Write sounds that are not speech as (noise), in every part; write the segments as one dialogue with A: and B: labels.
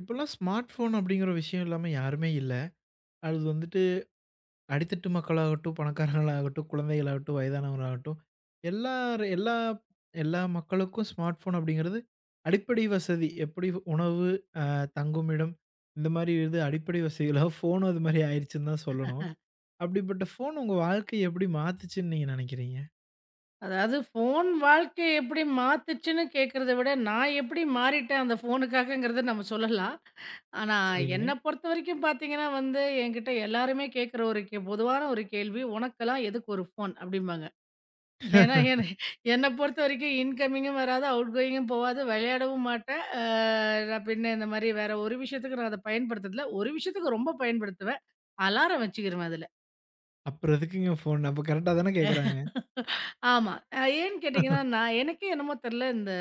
A: இப்பல்லாம் smart phone அப்படிங்கிற விஷயம் இல்லாம யாருமே இல்ல. அது வந்துட்டு அடித்தட்டு மக்களாகட்டும், பணக்காரங்களாகட்டும், குழந்தைகளாகட்டும், வயதானவர்களாகட்டும், எல்லார் எல்லா எல்லா மக்களுக்கும் ஸ்மார்ட் ஃபோன் அப்படிங்கிறது அடிப்படை வசதி. எப்படி உணவு, தங்குமிடம் இந்த மாரி இது அடிப்படை வசதிகளா ஃபோனும் அது மாரி ஆயிருச்சுன்னு தான் சொல்லணும். அப்படிப்பட்ட ஃபோன் உங்க வாழ்க்கைய எப்படி மாத்துச்சுன்னு நீங்க நெனைக்கிறீங்க?
B: அதாவது ஃபோன் வாழ்க்கைய எப்படி மாத்துச்சுன்னு கேட்கிறத விட, நான் எப்படி மாறிட்டேன் அந்த ஃபோனுக்காகங்கிறத நம்ம சொல்லலாம். ஆனா,
A: சரிங்க.
B: என்ன பொறுத்தவரைக்கும் பார்த்தீங்கன்னா வந்து, என்கிட்ட எல்லாருமே கேட்கிற ஒரு கே பொதுவான ஒரு கேள்வி, "உனக்கெல்லாம் எதுக்கு ஒரு ஃபோன்?" அப்படிம்பாங்க. ஏன்னா, என்ன
A: (laughs)
B: என்ன பொறுத்தவரைக்கும் இன்கமிங்கும் வராது, அவுட்கோயிங்கும் போகாது, விளையாடவும் மாட்டேன். நான் பின்ன இந்த மாரி வேற ஒரு விஷயத்துக்கு நான் அத பயன்படுத்துறதில்ல. ஒரு விஷயத்துக்கு ரொம்ப பயன்படுத்துவேன். அலாரம் வச்சுக்கிருவேன் அதுல.
A: அப்புறம் எதுக்குங்க ஃபோன்? அப்ப கரெக்ட்டா தானே கேட்கறாங்க.
B: ஆமா. ஏன்னு கேட்டீங்கன்னா, நான் எனக்கே என்னமோ தெரியல, இந்த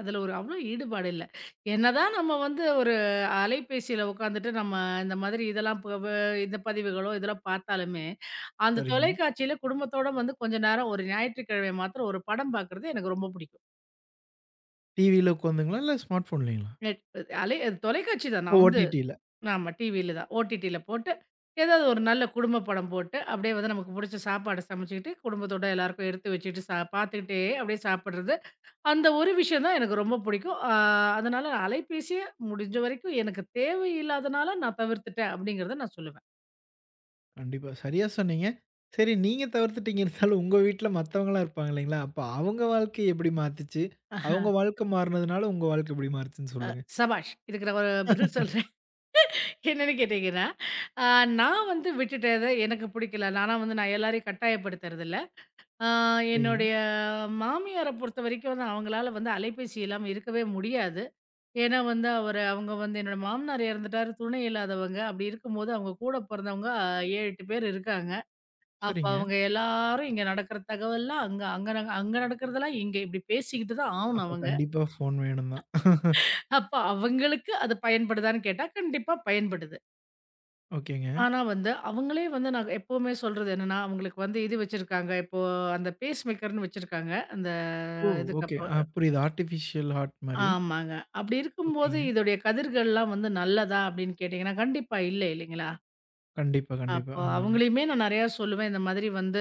B: அதில ஒரு அவ்வளோ ஈடுபாடு இல்ல. என்னதான் நம்ம வந்து ஒரு அலைபேசியில உட்காந்துட்டு நம்ம இந்த மாதிரி இதெல்லாம் ப வ இந்த பதிவுகளோ, இதெல்லாம் பார்த்தாலுமே, அந்த
A: சரிங்க.
B: தொலைக்காட்சியில குடும்பத்தோட வந்து கொஞ்ச நேரம் ஒரு ஞாயிற்றுக்கிழமை மாத்திரம் ஒரு படம் பார்க்கறது எனக்கு ரொம்ப பிடிக்கும்.
A: டிவியில உட்காந்துங்களா? இல்ல ஸ்மார்ட் ஃபோன்லங்களா?
B: நெட் அலை அது தொலைக்காட்சி தான்
A: ஓ!
B: நான் வந்து
A: ஓடிடில.
B: ஆமா டிவியில தான். ஓடிடியில போட்டு, ஏதாவது ஒரு நல்ல குடும்ப படம் போட்டு, அப்படியே வந்து நமக்கு பிடிச்ச சாப்பாடு சமைச்சுக்கிட்டு, குடும்பத்தோட எல்லாருக்கும் எடுத்து வச்சுட்டு பார்த்துக்கிட்டே அப்படியே சாப்பிடுறது. அந்த ஒரு விஷயம் தான் எனக்கு ரொம்ப பிடிக்கும். அதனால அலைபேசிய முடிஞ்ச வரைக்கும் எனக்கு தேவையில்லாதனால நான் தவிர்த்துட்டேன் அப்படிங்கிறத நான் சொல்லுவேன்.
A: கண்டிப்பா. சரியா சொன்னீங்க. சரி நீங்க தவிர்த்துட்டீங்க. இருந்தாலும் உங்க வீட்ல மத்தவங்கலாம் இருப்பாங்க இல்லைங்களா? அப்ப அவங்க வாழ்க்கை எப்படி மாத்துச்சு?
B: ஆஹ.
A: அவங்க வாழ்க்கை மாறுனதுனால உங்க வாழ்க்கை எப்படி மாறுச்சுன்னு சொல்லுங்க?
B: சபாஷ்! இதுக்கு நான் ஒரு பதில் சொல்றேன். என்னன்னு கேட்டீங்கன்னா, அ நான் வந்து விட்டுட்டேன். எனக்கு பிடிக்கல. ஆனா வந்து நான் எல்லாரையும் கட்டாயப்படுத்துறதில்ல. அ
A: சரிங்க,
B: என்னுடைய மாமியார பொறுத்தவரைக்கும் வந்து அவங்களால வந்து அலைபேசி இல்லாம இருக்கவே முடியாது. ஏன்னா வந்து அவங்க வந்து என்னோட மாமனார் இறந்துட்டாரு. துணை இல்லாதவங்க. அப்படி இருக்கும்போது அவங்க கூட பொறந்தவங்க 7, 8 பேர் இருக்காங்க. அப்ப
A: சரிங்க.
B: அவங்க எல்லாரும் இங்க நடக்கிற தகவல்லாம் அங்க அங்க அங்க நடக்கிறதெல்லாம் இங்க இப்படி பேசிக்கிட்டு தான் ஆகணும்
A: அப்ப
B: அவங்க.
A: கண்டிப்பா ஃபோன் வேணும் தான்.
B: அப்ப அவங்களுக்கு அது பயன்படுதான்னு கேட்டா கண்டிப்பா பயன்படுது.
A: ஓகேங்க.
B: ஆனா வந்து அவங்களே வந்து நான் எப்பவுமே சொல்றது என்னன்னா அவங்களுக்கு வந்து இது வச்சிருக்காங்க இப்போ அந்த பேஸ் மேக்கர்னு வச்சிருக்காங்க அந்த
A: ஓ!
B: இதுக்கு
A: ஓகே.
B: அப்புறம்
A: ஆ புரியுது. ஆர்டிஃபிஷியல் ஹார்ட் மாரி.
B: ஆமாங்க. அப்படி இருக்கும்போது
A: ஓகேங்க.
B: இதோடைய கதிர்கள்லாம் வந்து நல்லதா அப்படின்னு கேட்டிங்கன்னா கண்டிப்பா இல்லை இல்லைங்களா.
A: கண்டிப்பா.
B: அப்போ
A: ஆமாங்க.
B: அவங்களையுமே நான் நிறையா சொல்லுவேன் இந்த மாதிரி வந்து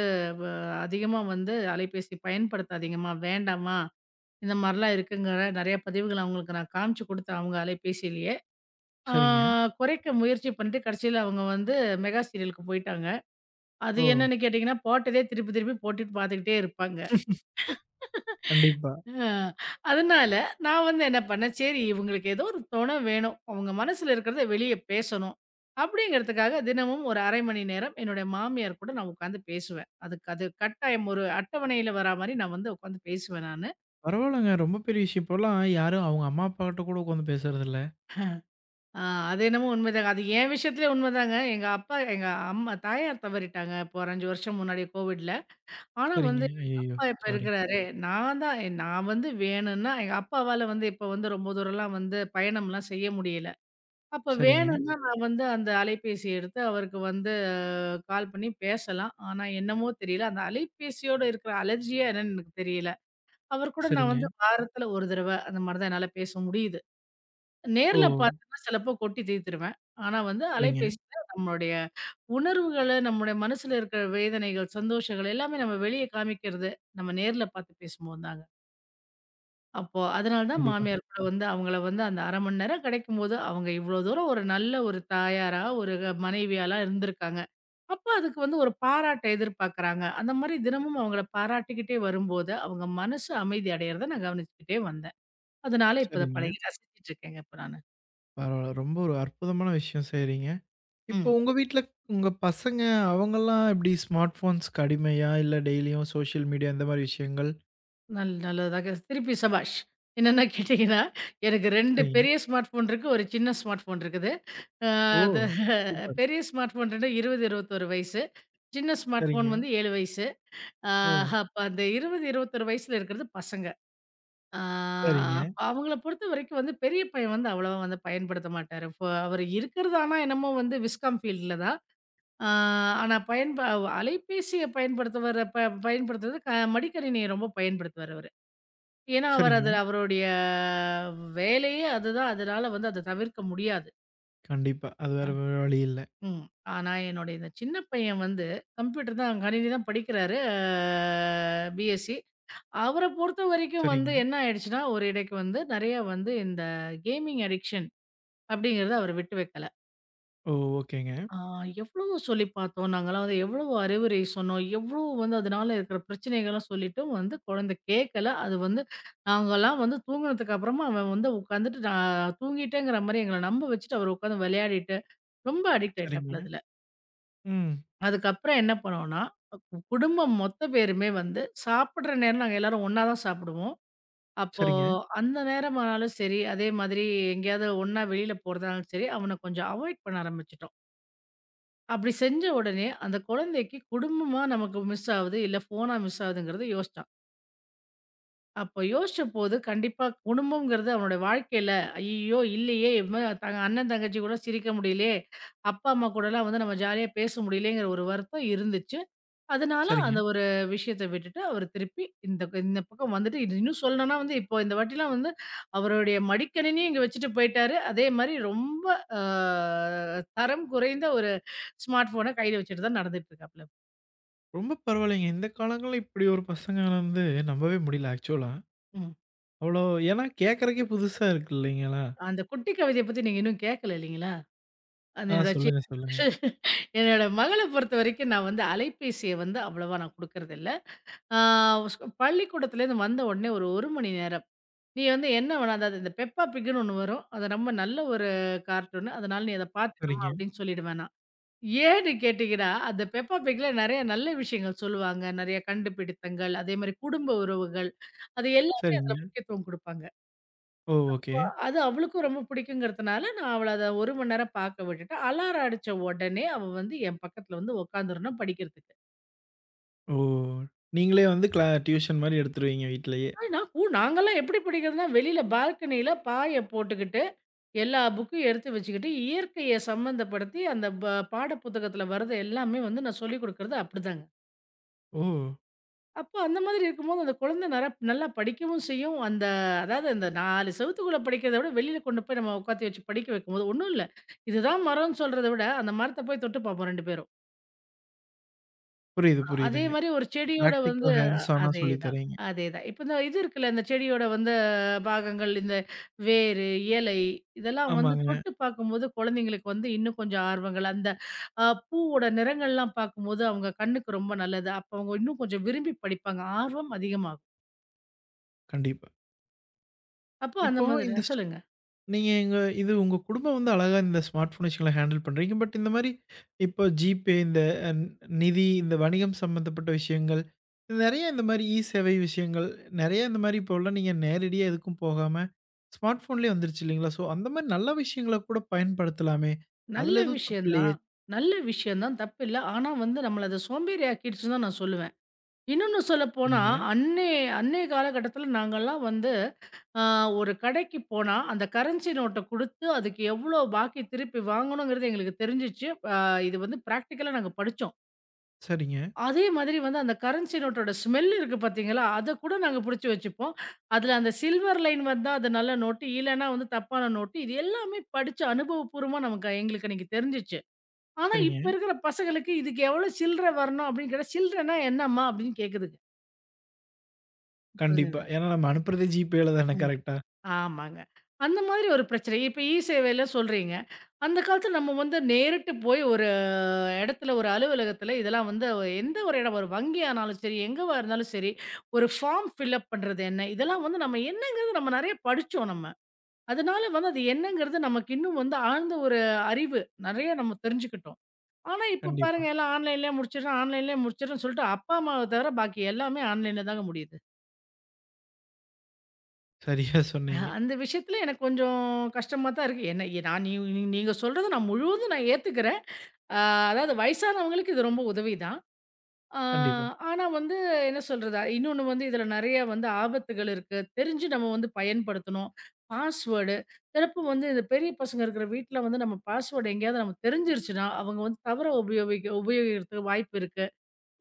B: அதிகமாக வந்து அலைபேசி பயன்படுத்தாதீங்கம்மா வேண்டாமா, இந்த மாரிலாம் இருக்குங்கிற நெறைய பதிவுகள அவங்களுக்கு நான் காமிச்சு குடுத்தேன் அவங்க அலைபேசியிலேயே. ஆ
A: சரிங்க.
B: குறைக்க முயற்சி பண்ணிட்டு கடைசியில அவங்க வந்து மெகா சீரியலுக்கு போயிட்டாங்க. அது
A: ஓ!
B: என்னன்னு கேட்டீங்கன்னா, போட்டதே திருப்பி திருப்பி போட்டுட்டு பார்த்துக்கிட்டே இருப்பாங்க.
A: கண்டிப்பா.
B: அ அதனால நான் வந்து என்ன பண்ணேன், சரி இவங்களுக்கு ஏதோ ஒரு தொணை வேணும். அவங்க மனசுல இருக்கிறத வெளிய பேசணும். அப்படிங்கிறதுக்காக தினமும் ஒரு 1/2 மணி நேரம் என்னுடைய மாமியார் கூட நான் உட்காந்து பேசுவேன். அதுக்கு அது கட்டாயம் ஒரு அட்டவணையில வரா மாரி நான் வந்து உட்காந்து பேசுவேன் நானு.
A: பரவால்லங்க. ரொம்ப பெரிய விஷயம். இப்போலாம் யாரும் அவங்க அம்மா, அப்பாகிட்ட கூட உட்காந்து பேசுறதில்ல.
B: ஆ, அது என்னமோ உண்மைதாங்க. அது என் விஷயத்திலே உண்மைதாங்க. எங்க அப்பா எங்க அம்மா தாயார் தவறிட்டாங்க. இப்போ ஒரு 5 வருஷம் முன்னாடி கோவிட்ல. ஆனா
A: சரிங்க.
B: வந்து
A: ஐயய்யோ!
B: அப்பா இப்ப
A: சாரி.
B: இருக்கிறாரு. நான் வந்து வேணும்னா எங்க அப்பாவால வந்து இப்ப வந்து ரொம்ப தூரம்லாம் வந்து பயணம்லாம் செய்ய முடியல. அப்ப
A: சரிங்க,
B: வேணும்னா நான் வந்து அந்த அலைபேசி எடுத்து அவருக்கு வந்து கால் பண்ணி பேசலாம். ஆனா என்னமோ தெரியல. அந்த அலைபேசியோட இருக்கிற அலர்ஜியா என்னன்னு எனக்கு தெரியல. அவர் கூட நான்
A: சரிங்க.
B: வந்து வாரத்தில ஒரு தடவ அந்த மாரி தான் என்னால பேச முடியுது.
A: ஓ!
B: நேர்ல பார்த்தேன்னா சிலப்போ கொட்டி தீர்த்துருவேன். ஆனா வந்து
A: சரிங்க.
B: அலைபேசியில நம்மளுடைய உணர்வுகள, நம்முடைய மனசுல இருக்கிற வேதனைகள், சந்தோஷங்கள் எல்லாமே நம்ம வெளிய காமிக்கிறது, நம்ம நேர்ல பார்த்து பேசும்போது தாங்க. அப்போ அதனால தான்
A: கண்டிப்பா.
B: மாமியார் கூட வந்து அவங்கள வந்து அந்த 1/2 மணி நேரம் கிடைக்கும்போது, அவங்க இவ்வளோ தூரம் ஒரு நல்ல ஒரு தாயாரா, ஒரு மனைவியாலாம் இருந்திருக்காங்க. அப்ப அதுக்கு வந்து ஒரு பாராட்ட எதிர்பார்க்குறாங்க. அந்த மாரி தினமும் அவங்கள பாராட்டிக்கிட்டே வரும்போது, அவங்க மனசு அமைதி அடையறத நான் கவனிச்சுக்கிட்டே வந்தேன். அதனால இப்ப அத
A: சரிங்க.
B: பழகி ரசிச்சுட்டு இருக்கேங்க இப்ப நானு.
A: பரவால்ல. ரொம்ப ஒரு அற்புதமான விஷயம் செய்றீங்க. இப்போ
B: ம்.
A: உங்க வீட்ல உங்க பசங்க அவங்கலாம் எப்படி ஸ்மார்ட் ஃபோன்ஸ்க்கு அடிமையா? இல்ல டெய்லியும் சோஷியல் மீடியா இந்த மாரி விஷயங்கள்?
B: நல்லதாக திருப்பி சபாஷ். என்னென்ன கேட்டீங்கன்னா, எனக்கு 2
A: சரிங்க.
B: பெரிய ஸ்மார்ட் ஃபோன் இருக்கு. ஒரு சின்ன ஸ்மார்ட் ஃபோன் இருக்குது. அ
A: ஓ!
B: அது
A: சூப்பர்.
B: பெரிய ஸ்மார்ட் ஃபோன் 20, 21 வயசு. சின்ன ஸ்மார்ட் ஃபோன்
A: சரிங்க.
B: வந்து 7 வயசு. அ
A: ஓ!
B: அப்ப அந்த 20, 21 வயசுல இருக்கிறது பசங்க. அ
A: சரிங்க,
B: அப்ப அவங்கள பொறுத்தவரைக்கும் வந்து பெரிய பையன் வந்து அவ்வளவா வந்து பயன்படுத்த மாட்டாரு. அவரு இருக்கிறது ஆனா என்னமோ வந்து விஸ்காம் ஃபீல்டுல தான். அ ஆனா அலைபேசிய பயன்படுத்துவர ப பயன்படுத்துறது க மடிக்கணினிய ரொம்ப பயன்படுத்துவாரு அவரு. ஏன்னா, அவர்
A: சரிங்க.
B: அதுல அவருடைய வேலையே அதுதான். அதனால வந்து அத தவிர்க்க முடியாது.
A: கண்டிப்பா. அது
B: அ
A: வேற வழி இல்ல.
B: ம். ஆனா, என்னுடைய இந்த சின்ன பையன் வந்து கம்ப்யூட்டர் தான் கணினி தான் படிக்கிறாரு. பிஎஸ்சி. அவர பொறுத்தவரைக்கும் வந்து
A: சரிங்க.
B: என்ன ஆயிடுச்சுன்னா, ஒரு இடைக்கு வந்து நெறைய வந்து இந்த கேமிங் அடிக்ஷன் அப்படிங்கிறத அவர் விட்டு வைக்கல.
A: ஓ! ஓகேங்க.
B: ஆ எவ்வளவோ சொல்லி பார்த்தோம். நாங்கலாம் வந்து எவ்வளவோ அறிவுரை சொன்னோம். எவ்வளோ வந்து அதனால இருக்கிற பிரச்சனைகள்லாம் சொல்லிட்டும் வந்து குழந்தை கேட்கல. அது வந்து நாங்கலாம் வந்து தூங்குனதுக்கு அப்புறமா அவன் வந்து உட்காந்துட்டு நான் தூங்கிட்டேங்கிற மாரி எங்கள நம்ப வச்சுட்டு அவர் உட்காந்து விளையாடிட்டு, ரொம்ப அடிக்ட்
A: சரிங்க.
B: ஆயிட்டாப்ல அதுல.
A: ம்.
B: அதுக்கப்புறம் என்ன பண்ணோம்னா, குடும்பம் மொத்த பேருமே வந்து சாப்பிடுற நேரம் நாங்க எல்லாரும் ஒண்ணா தான் சாப்பிடுவோம். அப்போ
A: சரிங்க,
B: அந்த நேரமானாலும் சரி, அதே மாதிரி எங்கேயாவது ஒண்ணா வெளியில போறதாலும் சரி, அவன கொஞ்சம் அவாய்ட் பண்ண ஆரம்பிச்சுட்டோம். அப்படி செஞ்ச உடனே அந்த குழந்தைக்கு குடும்பமா நமக்கு மிஸ் ஆகுது, இல்ல ஃபோனா மிஸ் ஆகுதுங்கிறத யோசிச்சான். அப்ப யோசிச்ச போது கண்டிப்பா குடும்பம்ங்கிறது அவனோட வாழ்க்கையில, "ஐய்யயோ! இல்லையே! இவன் தங்க அண்ணன், தங்கச்சி கூட சிரிக்க முடியலையே! அப்பா, அம்மா கூடலாம் வந்து நம்ம ஜாலியா பேச முடியலையேங்கிற ஒரு வருத்தம் இருந்துச்சு. அதனால
A: சரிங்க.
B: அந்த ஒரு விஷயத்த விட்டுட்டு, அவரு திருப்பி இந்த இந்த பக்கம் வந்துட்டு இது இன்னும் சொல்லணும்னா வந்து இப்போ இந்த வாட்டிலாம் வந்து அவருடைய மடிக்கணினியும் இங்க வச்சுட்டு போயிட்டாரு. அதே மாரி ரொம்ப அ தரம் குறைந்த ஒரு ஸ்மார்ட் ஃபோன கையில வச்சுட்டு தான் நடந்துட்டு இருக்காப்ல.
A: ரொம்ப பரவாயில்லைங்க. இந்த காலங்கள்ல இப்படி ஒரு பசங்கள வந்து நம்பவே முடியல ஆக்சுவலா.
B: ம்.
A: அவ்வளோ ஏன்னா கேட்கறக்கே புதுசா இருக்கு இல்லைங்களா?
B: அந்த குட்டி கவிதைய பத்தி நீங்க இன்னும் கேட்கல இல்லைங்களா? அது
A: ஆ
B: என்னோட
A: சொல்லுங்க.
B: என்னோட மகள பொறுத்தவரைக்கும் நான் வந்து அலைபேசிய வந்து அவ்வளவா நான் குடுக்கறதில்ல. ஆ ஸ் பள்ளிக்கூடத்துலேருந்து வந்த உடனே ஒரு 1 மணி நேரம் நீ வந்து என்ன வேணா அதாவது இந்த பெப்பா பிக்குன்னு ஒண்ணு வரும். அது ரொம்ப நல்ல ஒரு கார்ட்டூனு. அதனால நீ அத பார்த்துட்டம்மா
A: சரிங்க.
B: அப்படின்னு சொல்லிடுவேன் நான். ஏன்னு கேட்டீங்கன்னா, அந்த பெப்பா பிக்ல நெறைய நல்ல விஷயங்கள் சொல்லுவாங்க. நெறைய கண்டுபிடித்தங்கள், அதே மாரி குடும்ப உறவுகள், அது எல்லாமே அதுல
A: சரிங்க.
B: முக்கியத்துவம் குடுப்பாங்க.
A: ஓ! ஓகே.
B: அது அவளுக்கும் ரொம்ப பிடிக்குங்கிறதுனால, நான் அவள அத 1 மணி நேரம் பார்க்க விட்டுட்டேன். அலாரம் அடிச்ச உடனே அவ வந்து என் பக்கத்துல வந்து உட்காந்துரணும் படிக்கிறதுக்கு.
A: ஓ! நீங்களே வந்து கிளா டியூஷன் மாரி எடுத்துருவீங்க வீட்லயே.
B: ஆனா, நான் கூ நாங்கலாம் எப்படி படிக்கிறதுன்னா, வெளியில பால்கனியில பாய போட்டுக்கிட்டு எல்லா புக்கும் எடுத்து வச்சுக்கிட்டு, இயற்கைய சம்மந்தப்படுத்தி அந்த ப பாடப்புத்தகத்துல வர்றது எல்லாமே வந்து நான் சொல்லிக் குடுக்குறது அப்படிதாங்க.
A: ஓ!
B: அப்போ அந்த மாதிரி இருக்கும்போது, அந்த குழந்தை நல்லா படிக்கவும் செய்யும். அந்த அதாவது அந்த 4 செவுத்துக்குள்ள படிக்கிறத விட, வெளியில கொண்டு போய் நம்ம உட்காத்தி வச்சு படிக்க வைக்கும்போது, ஒண்ணும் இல்ல. இதுதான் மரம்ன்னு சொல்றத விட, அந்த மரத்த போய் தொட்டு பார்ப்போம் 2 பேரும்.
A: புரியுது,
B: அதே
A: புரியுதுங்க.
B: மாரி ஒரு செடியோட வந்து
A: பிராக்டிகல் ஹேண்ட்ஸ் ஆனா சொல்லி
B: அதேதான்,
A: தரீங்க.
B: அதேதான். இப்ப இந்த இது இருக்குல்ல, இந்த செடியோட வந்து பாகங்கள், இந்த வேரு, இலை இதெல்லாம் வந்து
A: ஆமாங்க.
B: தொட்டு பார்க்கும்போது குழந்தைங்களுக்கு வந்து இன்னும் கொஞ்சம் ஆர்வங்கள். அந்த பூவோட நிறங்கள்லாம் பார்க்கும்போது அவங்க கண்ணுக்கு ரொம்ப நல்லது. அப்ப அவங்க இன்னும் கொஞ்சம் விரும்பி படிப்பாங்க. ஆர்வம் அதிகமாகும்.
A: கண்டிப்பா.
B: அப்போ அந்த
A: இப்போ
B: மாதிரி
A: இந்த
B: சொல்லுங்க.
A: நீங்க எங்க இது உங்க குடும்பம் வந்து அழகா இந்த ஸ்மார்ட் ஃபோன் விஷயங்கள ஹேண்டில் பண்றீங்க. பட் இந்த மாரி இப்போ ஜிபே, இந்த அ நிதி, இந்த வணிகம் சம்மந்தப்பட்ட விஷயங்கள், நெறைய இந்த மாரி இ சேவை விஷயங்கள், நெறைய இந்த மாரி இப்போலாம் நீங்க நேரடியா எதுக்கும் போகாம, ஸ்மார்ட் ஃபோன்லயே வந்துருச்சு இல்லைங்களா? ஸோ அந்த மாரி நல்ல விஷயங்கள கூட பயன்படுத்தலாமே!
B: நல்ல
A: அதுல எதுவும் தப்பு
B: விஷயம்
A: இல்லையே?
B: தான். நல்ல விஷயம் தான், தப்பில்ல. ஆனா வந்து நம்மள அது சோம்பேறி ஆக்கிடுச்சுன்னு தான் நான் சொல்லுவேன். இன்னொன்னு சொல்லப்போனா,
A: சொன்னீங்க.
B: அன்னை அன்னைய காலகட்டத்தில நாங்கலாம் வந்து, அ ஒரு கடைக்கு போனா, அந்த கரன்சி நோட்ட குடுத்து, அதுக்கு எவ்வளோ பாக்கி திருப்பி வாங்கணுங்கிறது எங்களுக்கு தெரிஞ்சுச்சு. அ இது வந்து பிராக்டிகலா நாங்க படிச்சோம்.
A: சரிங்க,
B: அதே மாதிரி வந்து அந்த கரன்சி நோட்டோட ஸ்மெல் இருக்கு பாத்தீங்களா? அத கூட நாங்க புடிச்சு வச்சுப்போம். அதுல அந்த சில்வர் லைன் வந்தா அது நல்ல நோட்டு, இல்லன்னா வந்து தப்பான நோட்டு. இது எல்லாமே படிச்சு அனுபவப்பூர்வமா நமக்கு எங்களுக்கு அன்னைக்கு தெரிஞ்சுச்சு. ஆனா
A: சரிங்க.
B: இப்ப இருக்கிற பசங்களுக்கு இதுக்கு எவ்வளோ சில்லற வரணும் அப்டின்னு கேட்டா, "சில்லறன்னா என்னம்மா?" அப்டின்னு கேக்குதுங்க.
A: கண்டிப்பா.
B: புரிஞ்சுது.
A: ஏன்னா நம்ம அனுப்புறதே ஜிபேல தானே
B: ஆமா.
A: கரெக்ட்டா?
B: ஆமாங்க. அந்த மாதிரி ஒரு பிரச்சனை. இப்ப இ-சேவையில சொல்றீங்க. அந்த காலத்துல நம்ம வந்து நேரிட்டு போய் ஒரு இடத்துல, ஒரு அலுவலகத்துல இதெல்லாம் வந்து எந்த ஒரு இடம், ஒரு வங்கியானாலும் சரி, எங்கவா இருந்தாலும் சரி, ஒரு ஃபார்ம் ஃபில்லப் பண்றது என்ன? இதெல்லாம் வந்து நம்ம என்னங்கிறது நம்ம நெறைய படிச்சோம் நம்ம. அதனால வந்து அது என்னங்கிறது நமக்கு இன்னும் வந்து ஆழ்ந்த ஒரு அறிவு நெறைய நம்ம தெரிஞ்சுக்கிட்டோம். ஆனா இப்ப
A: கண்டிப்பா.
B: பாருங்க எல்லாம் ஆன்லைன்லயே முடிச்சிடுறோம், ஆன்லைன்லயே முடிச்சிடுறோம்ன்னு சொல்லிட்டு அப்பா, அம்மாவ தவிர பாக்கி எல்லாமே ஆன்லைன்ல தாங்க முடியுது.
A: சரியா சொன்னீங்க.
B: அந்த விஷயத்துல எனக்கு கொஞ்சம் கஷ்டமா தான் இருக்கு. என்ன ஏ- நான் நீ நீ நீங்க சொல்றத நான் முழுவதும் நான் ஏத்துக்கிறேன். அ அதாவது வயசானவங்களுக்கு இது ரொம்ப உதவிதான். அ
A: கண்டிப்பா.
B: ஆனா வந்து என்ன சொல்றது? இன்னொன்னு வந்து இதுல நெறைய வந்து ஆபத்துகள் இருக்கு. தெரிஞ்சு நம்ம வந்து பயன்படுத்தணும். பாஸ்வேர்டு சிலப்போ வந்து இந்த பெரிய பசங்க இருக்கிற வீட்ல வந்து நம்ம பாஸ்வேர்டு எங்கேயாவது நமக்கு தெரிஞ்சிருச்சுன்னா, அவங்க வந்து தவறா உபயோகிக்கிறதுக்கு வாய்ப்பு இருக்கு.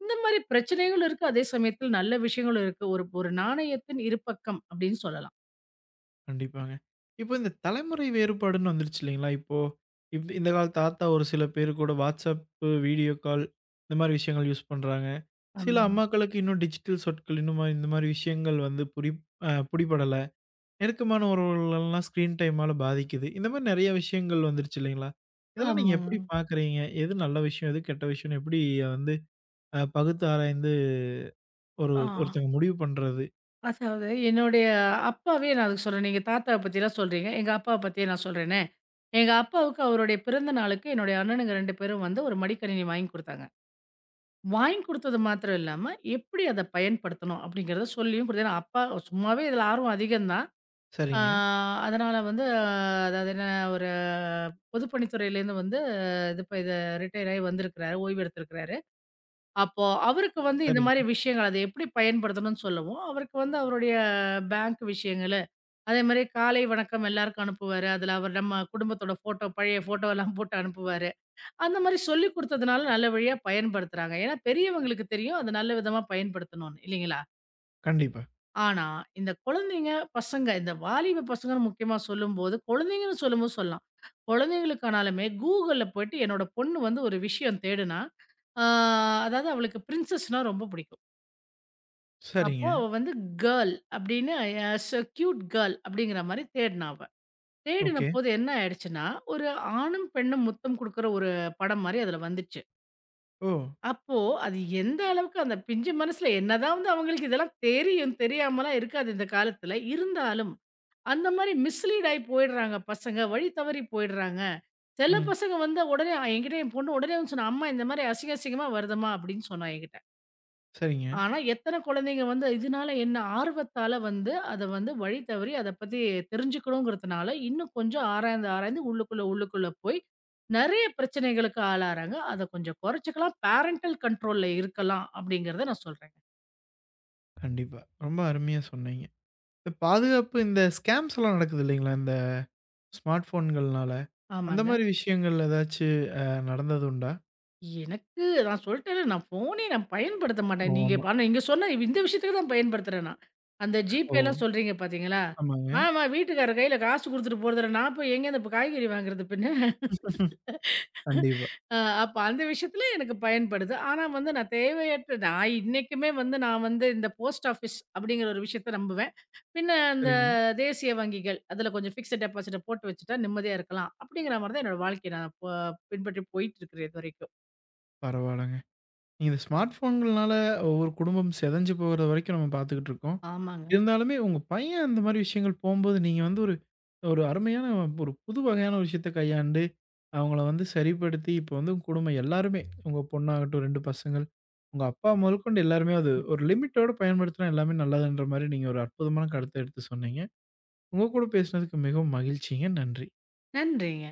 B: இந்த மாரி பிரச்சனைகளும் இருக்கு. அதே சமயத்தில் நல்ல விஷயங்களும் இருக்கு. ஒரு ஒரு நாணயத்தின் இருபக்கம் அப்படின்னு சொல்லலாம்.
A: கண்டிப்பாங்க. இப்போ இந்த தலைமுறை வேறுபாடுன்னு வந்துருச்சு இல்லைங்களா? இப்போ இந்த கால தாத்தா ஒரு சில பேர் கூட WhatsApp, வீடியோ கால் இந்த மாரி விஷயங்கள் யூஸ் பண்றாங்க. சில
B: ஆமா.
A: அம்மாக்களுக்கு இன்னும் டிஜிட்டல் சொற்கள் இன்னும் இந்த மாரி விஷயங்கள் வந்து புடிபடல. நெருக்கமான உறவுகளெல்லாம் ஸ்க்ரீன் டைமால பாதிக்குது. இந்த மாரி நெறைய விஷயங்கள் வந்துருச்சு இல்லைங்களா? இதெல்லாம் நீங்க
B: ஆமா.
A: எப்படி பார்க்குறீங்க? எது நல்ல விஷயம்? எது கெட்ட விஷயம்ன்னு எப்படி வந்து பகுத்து ஆராய்ந்து ஒரு
B: ஆ.
A: ஒருத்தங்க முடிவு பண்றது?
B: அதாவது என்னுடைய அப்பாவே நான் அதுக்கு சொல்றேன். நீங்க தாத்தாவ பத்திலாம் சொல்றீங்க. எங்க அப்பாவ பத்தியே நான் சொல்றேனே. எங்க அப்பாவுக்கு அவருடைய பிறந்த நாளுக்கு என்னுடைய அண்ணனுங்க 2 பேரும் வந்து ஒரு மடிக்கணினி வாங்கி குடுத்தாங்க. வாங்கி குடுத்தது மாத்திரம் இல்லாம, எப்படி அத பயன்படுத்தணும் அப்படிங்கிறத சொல்லியும் குடுத்து ஏன்னா அப்பா சும்மாவே இதில ஆர்வம் அதிகம் தான். ஆ
A: சரிங்க,
B: அதனால வந்து, ஆ, அதாவது என்ன, ஒரு பொதுப்பணித்துறையிலேருந்து வந்து இது இப்ப இத ரிட்டயர் ஆகி வந்திருக்கிறாரு. ஓய்வு எடுத்திருக்கிறாரு. அப்போ அவருக்கு வந்து இந்த
A: சரிங்க.
B: மாரி விஷயங்கள் அதை எப்படி பயன்படுத்தணும்னு சொல்லவும், அவருக்கு வந்து அவருடைய பேங்க் விஷயங்களு, அதே மாரி காலை வணக்கம் எல்லாருக்கும் அனுப்புவாரு. அதுல அவர் நம்ம குடும்பத்தோட ஃபோட்டோ பழைய ஃபோட்டோலாம் போட்டு அனுப்புவாரு. அந்த மாரி சொல்லிக் குடுத்ததுனால நல்ல வழியா பயன்படுத்துறாங்க. ஏன்னா பெரியவங்களுக்கு தெரியும் அது நல்ல விதமா பயன்படுத்தணும்னு இல்லைங்களா?
A: கண்டிப்பா.
B: ஆனா இந்த குழந்தைங்க, பசங்க இந்த வாலிப பசங்கன்னு முக்கியமா சொல்லும்போது, குழந்தைங்கன்னு சொல்லும்போது சொல்லலாம். குழந்தைங்களுக்கானாலுமே Googleல போயிட்டு என்னோட பொண்ணு வந்து ஒரு விஷயம் தேடுனா, ஆ அதாவது அவளுக்கு பிரின்சஸ்னா ரொம்ப பிடிக்கும். அப்போ
A: சரிங்க.
B: அவ வந்து கேர்ள் அப்படின்னு ஆஸ் அ கியூட் கேர்ள் அப்படிங்கிற மாதிரி தேடினா அவ. தேடின
A: ஓகே.
B: போது என்ன ஆயிடுச்சுன்னா, ஒரு ஆணும் பெண்ணும் முத்தம் குடுக்குற ஒரு படம் மாரி அதுல வந்துச்சு.
A: ஓ!
B: அப்போ அது எந்த அளவுக்கு அந்த பிஞ்சு மனசுல என்னதான் வந்து அவங்களுக்கு இதெல்லாம் தெரியும், தெரியாமலாம் இருக்காது இந்த காலத்துல. இருந்தாலும் அந்த மாரி மிஸ்லீட் ஆயி போயிடுறாங்க பசங்க. வழி தவறி போயிடுறாங்க. சில
A: ம்.
B: பசங்க வந்து உடனே என்கிட்ட என் பொண்ணு உடனே வந்து சொன்னா, "அம்மா இந்த மாரி அசிங்க அசிங்கமா வருதும்மா" அப்படின்னு சொன்னா என்கிட்ட.
A: சரிங்க.
B: ஆனா, எத்தன குழந்தைங்க வந்து இதனால என்ன ஆர்வத்தால வந்து அத வந்து வழி தவறி அத பத்தி தெரிஞ்சுக்கணுங்கிறதுனால, இன்னும் கொஞ்சம் ஆராய்ந்து, ஆராய்ந்து உள்ளுக்குள்ள, உள்ளுக்குள்ள போய் நெறைய பிரச்சனைகளுக்கு ஆளாறாங்க. அத கொஞ்சம் குறைச்சுக்கலாம். பேரன்டல் கண்ட்ரோல்ல இருக்கலாம் அப்படிங்கிறத நான் சொல்றேங்க.
A: கண்டிப்பா. ரொம்ப அருமையா சொன்னீங்க. இந்த பாதுகாப்பு இந்த ஸ்கேம்ஸ் எல்லாம் நடக்குது இல்லைங்களா? இந்த ஸ்மார்ட் ஃபோன்கள்னால. அந்த
B: ஆமாங்க.
A: மாரி விஷயங்கள் ஏதாச்சு நடந்தது உண்டா?
B: எனக்கு நான் சொல்ட்டேன்ல, நான் ஃபோனே நான் பயன்படுத்த
A: ஓ!
B: மாட்டேன். நீங்க
A: ஆமா.
B: இப்ப ஆனா நீங்க சொன்ன இந்த விஷயத்துக்கு தான் பயன்படுத்துறேன் நான். அந்த
A: ஓ!
B: ஜிபேலாம் சொல்றீங்க பார்த்தீங்களா?
A: ஆமாங்க.
B: ஆமா வீட்டுக்காரர் கையில காசு குடுத்துட்டு போறதில்ல. நான் போய் எங்கேருந்து இப்ப காய்கறி வாங்குறது பின்ன?
A: கண்டிப்பா.
B: அ அப்ப அந்த விஷயத்துல எனக்கு பயன்படுது. ஆனா வந்து நான் தேவையற்ற நான் இன்னைக்குமே வந்து நான் வந்து இந்த போஸ்ட் ஆஃபீஸ் அப்படிங்கிற ஒரு விஷயத்த நம்புவேன். பின்ன அந்த
A: சரிங்க.
B: தேசிய வங்கிகள் அதுல கொஞ்சம் ஃபிக்ஸட் டெபாசிட்ட போட்டு வச்சுட்டா நிம்மதியா இருக்கலாம். அப்படிங்கிற மாரி தான் என்னோட வாழ்க்கைய நான் பின்பற்றி போயிட்டு இருக்கிறேன் இதுவரைக்கும்.
A: பரவால்லங்க. இந்த ஸ்மார்ட் ஃபோன்கள்னால ஒவ்வொரு குடும்பம் சிதைஞ்சு போகுற வரைக்கும் நம்ம பார்த்துக்கிட்டு இருக்கோம்.
B: ஆமாங்க.
A: இருந்தாலுமே உங்க பையன் அந்த மாரி விஷயங்கள் போம்போது, நீங்க வந்து ஒரு ஒரு அருமையான ஒரு புது வகையான ஒரு விஷயத்த கையாண்டு, அவங்கள வந்து சரிப்படுத்தி, இப்போ வந்து உங்க குடும்பம் எல்லாருமே, உங்க பொண்ணாகட்டும் 2 பசங்கள், உங்க அப்பா முதற்கொண்டு எல்லாருமே அது ஒரு லிமிட்டோட பயன்படுத்தினா எல்லாமே நல்லதுன்ற மாரி நீங்க ஒரு அற்புதமான கருத்த எடுத்து சொன்னீங்க. உங்க கூட பேசினதுக்கு மிகவும் மகிழ்ச்சிங்க. நன்றி.
B: நன்றிங்க.